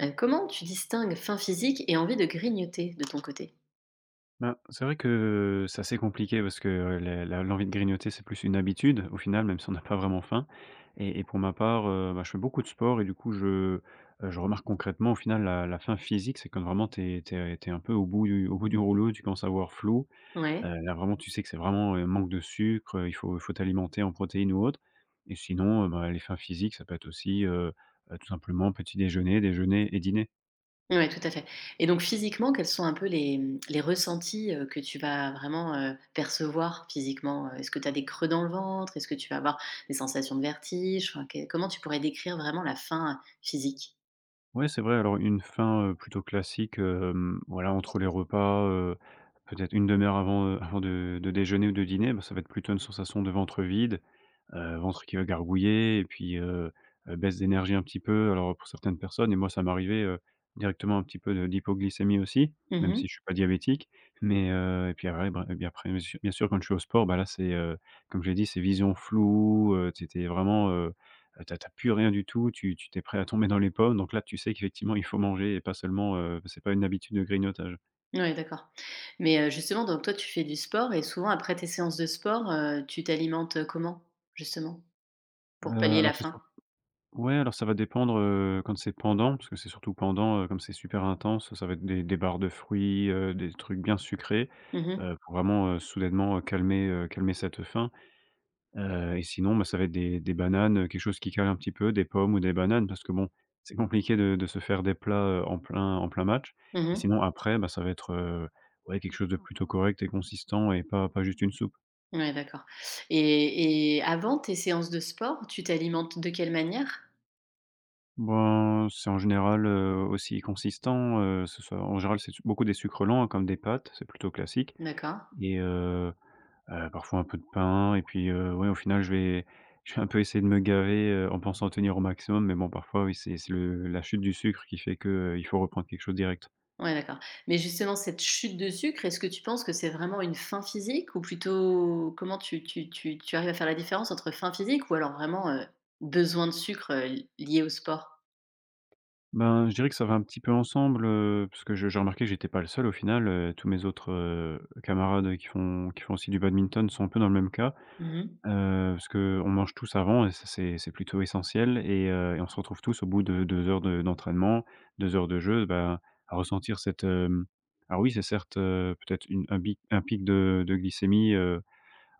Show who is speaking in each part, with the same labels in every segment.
Speaker 1: Comment tu distingues faim physique et envie de grignoter de ton côté?
Speaker 2: Ben, c'est vrai que c'est assez compliqué parce que la la l'envie de grignoter, c'est plus une habitude au final, même si on n'a pas vraiment faim. Et pour ma part, je fais beaucoup de sport. Et du coup, je remarque concrètement au final la faim physique: c'est quand vraiment t'es t'es tu un peu au bout du rouleau, tu commences à voir flou.
Speaker 1: Ouais,
Speaker 2: Là vraiment, tu sais que c'est vraiment, manque de sucre. Il faut t'alimenter en protéines ou autre. Et sinon, les fins physiques, ça peut être aussi, tout simplement petit déjeuner, déjeuner et dîner.
Speaker 1: ouais, tout à fait et donc physiquement, quels sont un peu les, mmh, les ressentis, que tu vas vraiment, percevoir physiquement? Est-ce que tu as des creux dans le ventre? Est-ce que tu vas avoir des sensations de vertige? Enfin, que comment tu pourrais décrire vraiment la faim, physique?
Speaker 2: Ouais, c'est vrai. Alors, une fin, plutôt classique, voilà, entre les repas, peut-être une 2 heure avant, avant de déjeuner ou de dîner. Bah, ça va être plutôt une sensation de ventre vide, ventre qui va gargouiller, et puis, baisse d'énergie un petit peu. Alors, pour certaines personnes, et moi ça m'arrivait, directement un petit peu de d'hypoglycémie aussi, même
Speaker 1: Mmh.
Speaker 2: si je suis pas diabétique. Mais, et puis après bien sûr quand je suis au sport, bah là c'est, comme je l'ai dit, c'est vision floue, tu es vraiment, tu plus rien du tout, tu tu t'es prêt à tomber dans les pommes. Donc là, tu sais qu'effectivement il faut manger et pas seulement, c'est pas une habitude de grignotage.
Speaker 1: Ouais, d'accord mais justement donc toi, tu fais du sport et souvent après tes séances de sport, tu t'alimentes, comment justement?
Speaker 2: Heu,
Speaker 1: Pour pallier la
Speaker 2: alors, c'est sur
Speaker 1: faim?
Speaker 2: Ouais, alors ça va dépendre, quand c'est pendant, parce que c'est surtout pendant, comme c'est super intense, ça va être des barres de fruits, des trucs bien sucrés,
Speaker 1: Mmh mh.
Speaker 2: pour vraiment, soudainement calmer cette faim. Et sinon, bah, ça va être des bananes, quelque chose qui cale un petit peu, des pommes ou des bananes, parce que bon, c'est compliqué de se faire des plats, en plein match. Et
Speaker 1: Mmh.
Speaker 2: sinon après, bah, ça va être, ouais, quelque chose de plutôt correct et consistant, et pas juste une soupe.
Speaker 1: Ouais, d'accord et avant tes séances de sport, tu t'alimentes de quelle manière?
Speaker 2: Ben, c'est en général, aussi consistant, ce soit en général, c'est su beaucoup des sucres lents, hein, comme des pâtes, c'est plutôt classique.
Speaker 1: D'accord.
Speaker 2: Et parfois un peu de pain, et puis, ouais, au final, je vais un peu essayer de me gaver, en pensant tenir au maximum, mais bon, parfois, oui, c'est le la chute du sucre qui fait que, il faut reprendre quelque chose direct.
Speaker 1: Ouais, d'accord. Mais justement, cette chute de sucre, est-ce que tu penses que c'est vraiment une faim physique ou plutôt comment tu arrives à faire la différence entre faim physique ou alors vraiment, besoin de sucre, lié au sport?
Speaker 2: Ben, je dirais que ça va un petit peu ensemble, parce que je j'ai remarqué que j'étais pas le seul au final, tous mes autres, camarades qui font aussi du badminton sont un peu dans le même cas.
Speaker 1: Mmh.
Speaker 2: Parce qu'on mange tous avant, et ça c'est plutôt essentiel, et on se retrouve tous au bout de 2 heures de d'entraînement, 2 heures de jeu, bah, à ressentir cette, hem alors oui, c'est certes, peut-être une un pic de glycémie,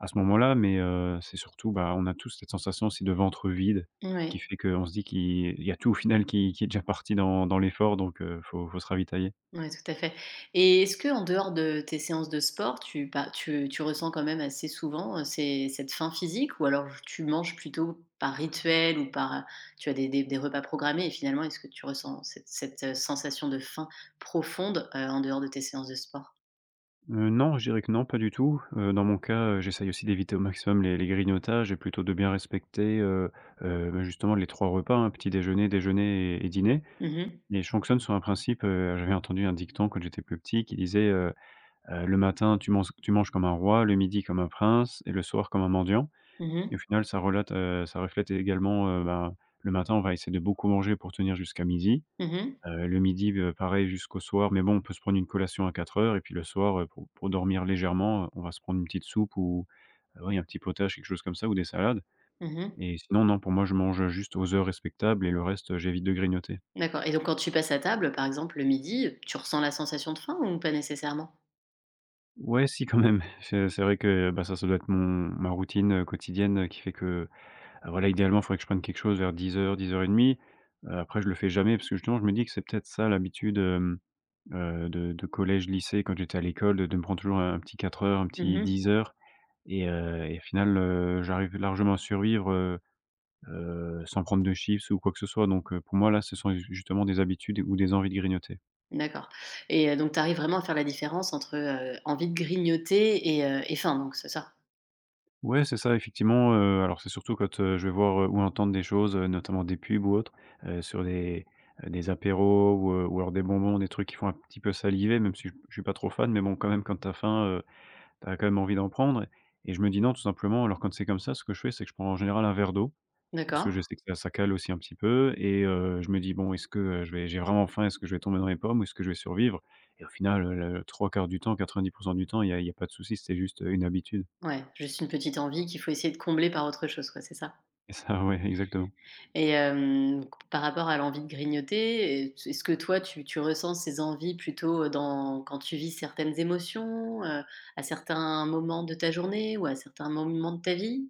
Speaker 2: à ce moment-là. Mais c'est surtout, bah, on a tous cette sensation aussi de ventre vide qui
Speaker 1: Ouais.
Speaker 2: fait qu'on se dit qu'il y a tout au final qui est déjà parti dans dans l'effort. Donc faut se ravitailler.
Speaker 1: Ouais, tout à fait et est-ce que en dehors de tes séances de sport, tu bah, tu ressens quand même assez souvent, ces cette faim physique ou alors tu manges plutôt par rituel ou par, tu as des des repas programmés et finalement est-ce que tu ressens cette, sensation de faim profonde, en dehors de tes séances de sport?
Speaker 2: Non, je dirais que non, pas du tout. Dans mon cas, j'essaye aussi d'éviter au maximum les grignotages, et plutôt de bien respecter, justement les 3 repas, hein: petit déjeuner, déjeuner et dîner.
Speaker 1: Mhm,
Speaker 2: Et je fonctionne sur un principe, j'avais entendu un dicton quand j'étais plus petit, qui disait, «Le matin, tu manges comme un roi, le midi comme un prince, et le soir comme un mendiant». Et au
Speaker 1: mhm,
Speaker 2: final, ça relate, ça reflète également, ben, le matin, on va essayer de beaucoup manger pour tenir jusqu'à midi.
Speaker 1: mhm, mhm.
Speaker 2: Le midi, pareil jusqu'au soir, mais bon, on peut se prendre une collation à 4 heures, et puis le soir, pour dormir légèrement, on va se prendre une petite soupe ou oui, un petit potage, quelque chose comme ça, ou des salades. Et sinon, non, pour moi, je mange juste aux heures respectables, et le reste, j'évite de grignoter.
Speaker 1: D'accord et donc quand tu passes à table, par exemple, le midi, tu ressens la sensation de faim ou pas nécessairement?
Speaker 2: Ouais, si, quand même. C'est vrai que, bah, ça doit être mon ma routine, quotidienne, qui fait que, ah, voilà, idéalement, il faudrait que je prenne quelque chose vers 10 heures, dix heures 10h30. Après, je le fais jamais parce que justement, je me dis que c'est peut-être ça l'habitude, hem de collège, lycée, quand j'étais à l'école, de me prendre toujours un petit 4 heures, un petit
Speaker 1: Mmh.
Speaker 2: 10 heures. Et au final, j'arrive largement à survivre, sans prendre de chips ou quoi que ce soit. Donc pour moi, là, ce sont ju justement des habitudes ou des envies de grignoter.
Speaker 1: D'accord et donc tu arrives vraiment à faire la différence entre, envie de grignoter et faim donc, c'est ça?
Speaker 2: Ouais, c'est ça, effectivement, alors c'est surtout quand, je vais voir, ou entendre des choses, notamment des pubs ou autres, sur des apéros, ou alors des bonbons, des trucs qui font un petit peu saliver, même si je suis pas trop fan, mais bon, quand même, quand t'as faim, tu as quand même envie d'en prendre. Et je me dis: «Non», tout simplement. Alors quand c'est comme ça, ce que je fais, c'est que je prends en général un verre d'eau, parce que
Speaker 1: D'accord.
Speaker 2: je sais que ça cale aussi un petit peu. Et je me dis: «Bon, est-ce que, je vais j'ai vraiment faim? Est-ce que je vais tomber dans les pommes, ou est-ce que je vais survivre?» Et au final, le 3/4 du temps, 90 du temps, il y a pas de souci, c'est juste, une habitude.
Speaker 1: Ouais, juste une petite envie qu'il faut essayer de combler par autre chose quoi, c'est ça?
Speaker 2: Et ça, ouais, exactement.
Speaker 1: Et hem, par rapport à l'envie de grignoter, est-ce que toi tu ressens ces envies plutôt, dans quand tu vis certaines émotions, à certains moments de ta journée ou à certains moments de ta vie?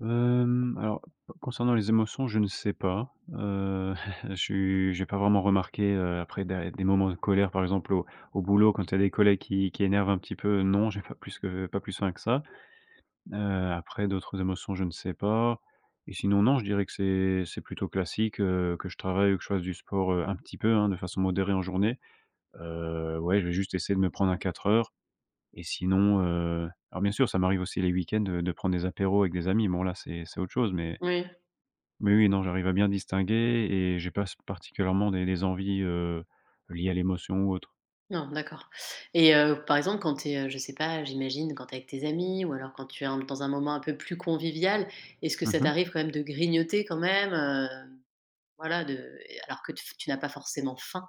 Speaker 2: Hem, alors, Concernant les émotions, je ne sais pas, je suis j'ai pas vraiment remarqué, après des moments de colère, par exemple, au boulot, quand il y a des collègues qui énervent un petit peu, non, j'ai pas plus que pas plus fin que ça. Après, d'autres émotions, je ne sais pas. Et sinon, non, je dirais que c'est plutôt classique, que je travaille ou que je fasse du sport, un petit peu, hein, de façon modérée en journée. Ouais, je vais juste essayer de me prendre un 4 heures. Et sinon, bien sûr, ça m'arrive aussi les week-ends de prendre des apéros avec des amis. Bon là, c'est autre chose, mais
Speaker 1: Oui.
Speaker 2: oui, non, j'arrive à bien distinguer, et j'ai pas s particulièrement des envies, liées à l'émotion ou autre.
Speaker 1: Non, d'accord et par exemple, quand tu es, je sais pas, j'imagine quand tu es avec tes amis ou alors quand tu es un dans un moment un peu plus convivial, est-ce que ça
Speaker 2: Mmh.
Speaker 1: t'arrive quand même de grignoter quand même, voilà de alors que tu n'as pas forcément faim?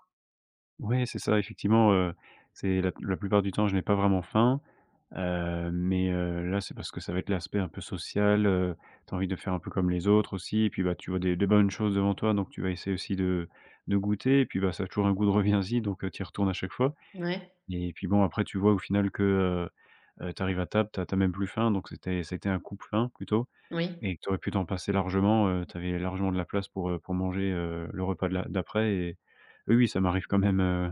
Speaker 2: Ouais, c'est ça, effectivement, c'est la plupart du temps, je n'ai pas vraiment faim, mais là, c'est parce que ça va être l'aspect un peu social, tu as envie de faire un peu comme les autres aussi. Et puis, bah, tu vois des bonnes choses devant toi, donc tu vas essayer aussi de goûter. Et puis, bah, ça a toujours un goût de reviens-y, donc tu y retournes à chaque fois.
Speaker 1: Ouais,
Speaker 2: Et puis bon, après, tu vois au final que, tu arrives à table, tu as même plus faim, donc c'était ça a été un coup de faim plutôt.
Speaker 1: oui,
Speaker 2: Et que tu aurais pu t'en passer largement, tu avais largement de la place pour manger, le repas de la d'après. Et oui, oui, ça m'arrive quand même,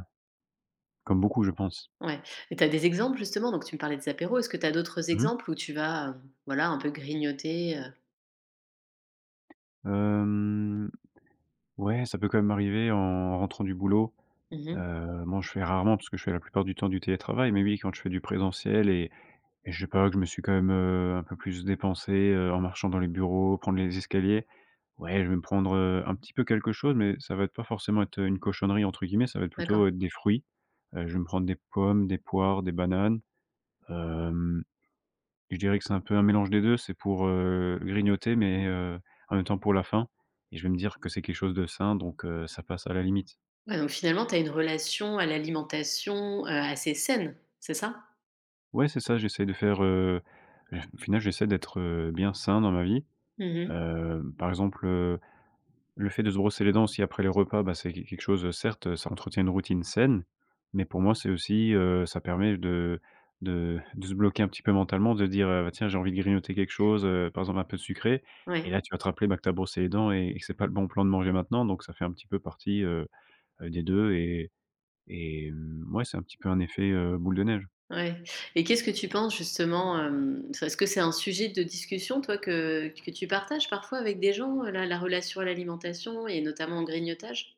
Speaker 2: comme beaucoup, je pense.
Speaker 1: ouais, et tu as des exemples justement? Donc tu me parlais des apéros, est-ce que tu as d'autres
Speaker 2: Mmh mh.
Speaker 1: exemples où tu vas, voilà un peu grignoter,
Speaker 2: Hem, ouais, ça peut quand même m'arriver en rentrant du boulot.
Speaker 1: Mmh
Speaker 2: Bon, je fais rarement, parce que je fais la plupart du temps du télétravail, mais oui, quand je fais du présentiel, et je sais pas, que je me suis quand même, un peu plus dépensé, en marchant dans les bureaux, prendre les escaliers, ouais, je vais me prendre, un petit peu quelque chose. Mais ça va être pas forcément être une cochonnerie, entre guillemets, ça va être
Speaker 1: d'accord.
Speaker 2: plutôt, être des fruits. Je vais me prendre des pommes, des poires, des bananes. Hem, je dirais que c'est un peu un mélange des 2. C'est pour, grignoter, mais, en même temps pour la faim. Et je vais me dire que c'est quelque chose de sain, donc, ça passe à la limite.
Speaker 1: Ouais, donc finalement tu as une relation à l'alimentation, assez saine, c'est ça?
Speaker 2: Ouais, c'est ça, j'essaie de faire, au final j'essaie d'être, bien sain dans ma vie.
Speaker 1: Mmh
Speaker 2: Par exemple, le fait de se brosser les dents aussi après les repas, bah, c'est qu quelque chose, certes, ça entretient une routine saine, mais pour moi, c'est aussi, ça permet de se bloquer un petit peu mentalement, de dire: «Tiens, j'ai envie de grignoter quelque chose», par exemple un peu de sucré. Et
Speaker 1: ouais.
Speaker 2: là, tu vas te rappeler, bah, que tu as brossé les dents et que c'est pas le bon plan de manger maintenant, donc ça fait un petit peu partie, des 2, et, ouais, c'est un petit peu un effet, boule de neige.
Speaker 1: Ouais et qu'est-ce que tu penses justement, hem, est-ce que c'est un sujet de discussion toi que tu partages parfois avec des gens, la relation à l'alimentation et notamment au grignotage?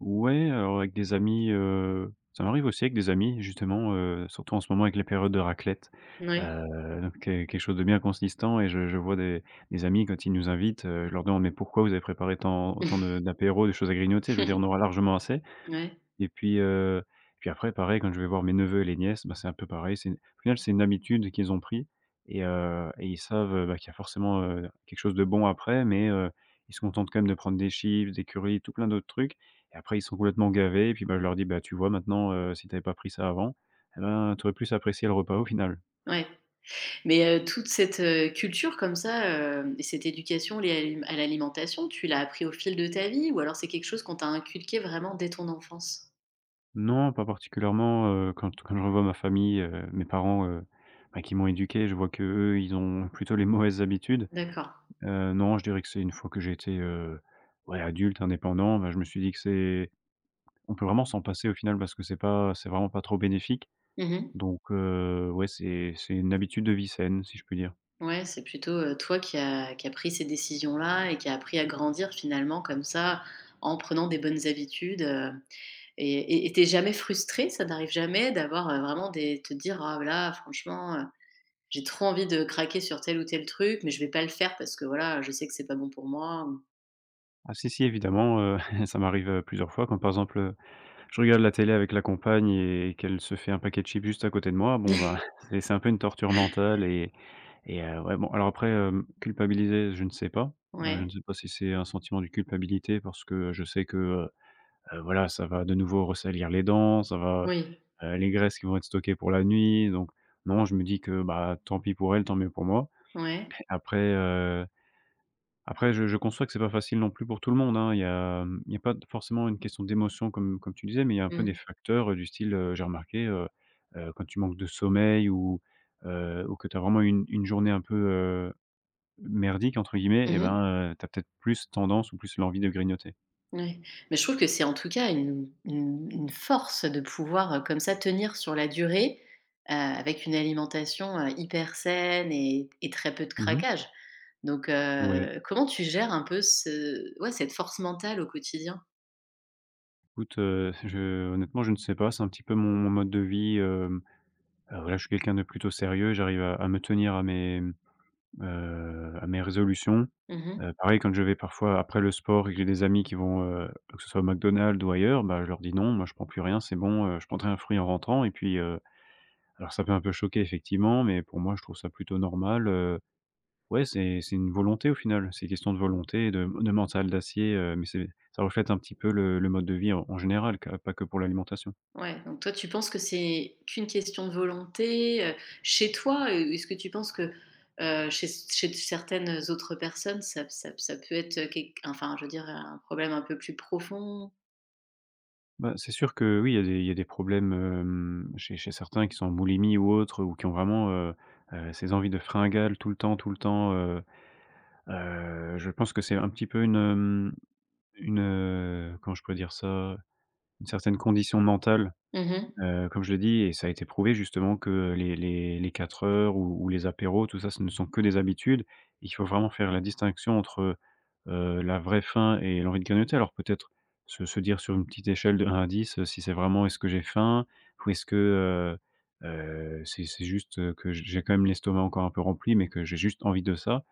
Speaker 2: Ouais, alors avec des amis, ça m'arrive aussi avec des amis justement, surtout en ce moment avec les périodes de raclette,
Speaker 1: Ouais.
Speaker 2: donc que quelque chose de bien consistant, et je vois des amis quand ils nous invitent, je leur demande: «Mais pourquoi vous avez préparé tant autant de d'apéros, de choses à grignoter?» Je veux dire, on aura largement assez.
Speaker 1: Ouais,
Speaker 2: Et puis après pareil, quand je vais voir mes neveux et les nièces, bah, c'est un peu pareil, c'est au final c'est une habitude qu'ils ont pris, et ils savent, bah, qu'il y a forcément, quelque chose de bon après, mais ils se contentent quand même de prendre des chips, des currys, tout plein d'autres trucs, et après ils sont complètement gavés, et puis, bah, je leur dis: «Bah, tu vois maintenant, si tu pas pris ça avant, et ben, tu aurais plus apprécié le repas au final».
Speaker 1: ouais. Mais, toute cette, culture comme ça, et cette éducation liée à l'alimentation, tu l'as appris au fil de ta vie ou alors c'est quelque chose qu'on t'a inculqué vraiment dès ton enfance?
Speaker 2: Non, pas particulièrement, quand je revois ma famille, mes parents, bah, qui m'ont éduqué, je vois que eux, ils ont plutôt les mauvaises habitudes.
Speaker 1: D'accord.
Speaker 2: Non, je dirais que c'est une fois que j'ai été, ouais, adulte, indépendant, bah, je me suis dit que c'est on peut vraiment s'en passer au final, parce que c'est vraiment pas trop bénéfique.
Speaker 1: Mmh.
Speaker 2: Donc ouais, c'est une habitude de vie saine, si je puis dire.
Speaker 1: Ouais, c'est plutôt, toi qui a pris ces décisions-là et qui a appris à grandir finalement comme ça, en prenant des bonnes habitudes, et tu jamais frustré? Ça n'arrive jamais d'avoir, vraiment des te dire: «Ah là, franchement, j'ai trop envie de craquer sur tel ou tel truc, mais je vais pas le faire parce que voilà, je sais que c'est pas bon pour moi».
Speaker 2: Ah si, si, évidemment, ça m'arrive, plusieurs fois quand par exemple, je regarde la télé avec la compagne et qu'elle se fait un paquet de chips juste à côté de moi. Bon, ben, c'est un peu une torture mentale, et ouais, bon, alors après, culpabiliser, je ne sais pas. Je ne
Speaker 1: Ouais,
Speaker 2: sais pas si c'est un sentiment de culpabilité, parce que je sais que, voilà, ça va de nouveau ressalir les dents, ça va,
Speaker 1: oui,
Speaker 2: les graisses qui vont être stockées pour la nuit. Donc non, je me dis que, bah, tant pis pour elle, tant mieux pour moi.
Speaker 1: ouais.
Speaker 2: Après, heu, après je conçois que c'est pas facile non plus pour tout le monde, hein. Il y a pas forcément une question d'émotion comme tu disais, mais il y a un peu des
Speaker 1: Mmh.
Speaker 2: facteurs, du style, j'ai remarqué, quand tu manques de sommeil ou que tu as vraiment une journée un peu, «merdique» entre guillemets, et
Speaker 1: Mmh.
Speaker 2: ben, tu peut-être plus tendance ou plus l'envie de grignoter.
Speaker 1: Ouais, mais je trouve que c'est en tout cas une force de pouvoir, comme ça tenir sur la durée, avec une alimentation, hyper saine et très peu de
Speaker 2: Mmh.
Speaker 1: craquage. Donc,
Speaker 2: Ouais.
Speaker 1: comment tu gères un peu ce ouais, cette force mentale au quotidien?
Speaker 2: Écoute, je honnêtement, je ne sais pas, c'est un petit peu mon mode de vie, voilà, je suis quelqu'un de plutôt sérieux, j'arrive à me tenir à mes résolutions.
Speaker 1: Mmh.
Speaker 2: Pareil, quand je vais parfois après le sport et que j'ai des amis qui vont, que ce soit au McDonald's ou ailleurs, bah, je leur dis: «Non, moi, je prends plus rien, c'est bon, je prendrai un fruit en rentrant», et puis, alors ça peut un peu choquer effectivement, mais pour moi, je trouve ça plutôt normal. Ouais, c'est une volonté au final, c'est question de volonté, de mental d'acier, mais c'est ça reflète un petit peu le mode de vie en général, q pas que pour l'alimentation.
Speaker 1: Ouais, donc toi, tu penses que c'est qu'une question de volonté, chez toi, est-ce que tu penses que, chez certaines autres personnes, ça peut être, quelque enfin, je veux dire, un problème un peu plus profond?
Speaker 2: Bah, c'est sûr que oui, il y a des problèmes, chez certains qui sont en boulimie ou autres, ou qui ont vraiment, ces envies de fringales tout le temps, tout le temps, je pense que c'est un petit peu une comment je peux dire ça? Une certaine condition mentale.
Speaker 1: Mmh.
Speaker 2: Comme je le dis, et ça a été prouvé justement que les 4 heures ou les apéros, tout ça, ce ne sont que des habitudes. Il faut vraiment faire la distinction entre la vraie faim et l'envie de grignoter. Alors peut-être se dire sur une petite échelle de 1 à 10, si c'est vraiment: «Est-ce que j'ai faim?» ou «Est-ce que, c'est juste, que j'ai quand même l'estomac encore un peu rempli, mais que j'ai juste envie de ça?»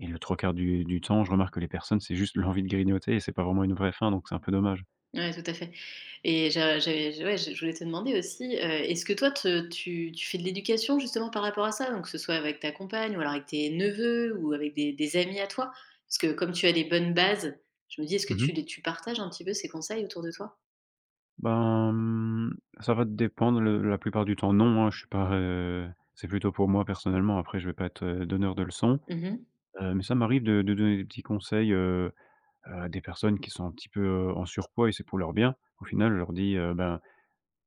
Speaker 2: Et le trois quarts du temps, je remarque que les personnes, c'est juste l'envie de grignoter, et c'est pas vraiment une vraie faim, donc c'est un peu dommage.
Speaker 1: Ouais, tout à fait et j'avais ouais, je voulais te demander aussi, est-ce que toi te tu fais de l'éducation justement par rapport à ça? Donc que ce soit avec ta compagne ou alors avec tes neveux ou avec des amis à toi? Parce que comme tu as des bonnes bases, je me dis est-ce que
Speaker 2: Mmh.
Speaker 1: tu partages un petit peu ces conseils autour de toi?
Speaker 2: Ben, ça va dépendre, le la plupart du temps non, hein, je suis pas, c'est plutôt pour moi personnellement. Après, je vais pas être, donneur de leçons,
Speaker 1: Mhm.
Speaker 2: mais ça m'arrive de donner des petits conseils, à des personnes qui sont un petit peu, en surpoids, et c'est pour leur bien. Au final, je leur dis, ben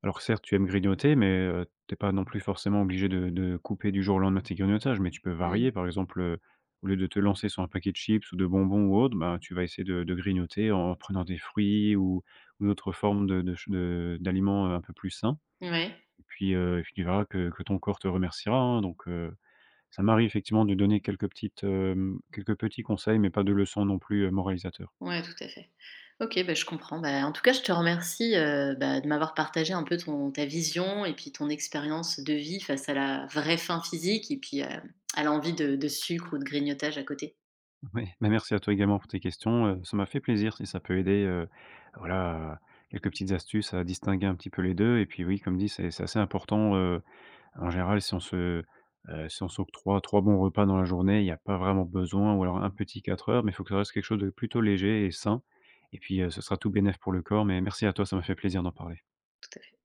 Speaker 2: alors certes, tu aimes grignoter, mais tu pas non plus forcément obligé de couper du jour au lendemain tes grignotages, mais tu peux
Speaker 1: Mh. Mmh.
Speaker 2: varier. Par exemple, au lieu de te lancer sur un paquet de chips ou de bonbons ou autre, ben, tu vas essayer de grignoter en prenant des fruits ou d'autres formes de d'aliments, un peu plus sains,
Speaker 1: Ouais.
Speaker 2: et puis tu verras que ton corps te remerciera, hein. Donc ça m'arrive effectivement de donner quelques petits conseils, mais pas de leçons non plus, moralisateurs.
Speaker 1: Ouais, tout à fait. OK, bah, je comprends. Bah, en tout cas, je te remercie, bah, de m'avoir partagé un peu ton ta vision et puis ton expérience de vie face à la vraie faim physique et puis, à l'envie de sucre ou de grignotage à côté.
Speaker 2: Oui, bah, merci à toi également pour tes questions, ça m'a fait plaisir si ça peut aider, voilà, à quelques petites astuces à distinguer un petit peu les 2. Et puis oui, comme dit, c'est assez important, en général, si on s'octroie 3 bons repas dans la journée, il n'y a pas vraiment besoin, ou alors un petit 4 heures, mais il faut que ça reste quelque chose de plutôt léger et sain. Et puis, ce sera tout bénef pour le corps. Mais merci à toi, ça m'a fait plaisir d'en parler.
Speaker 1: Tout à fait.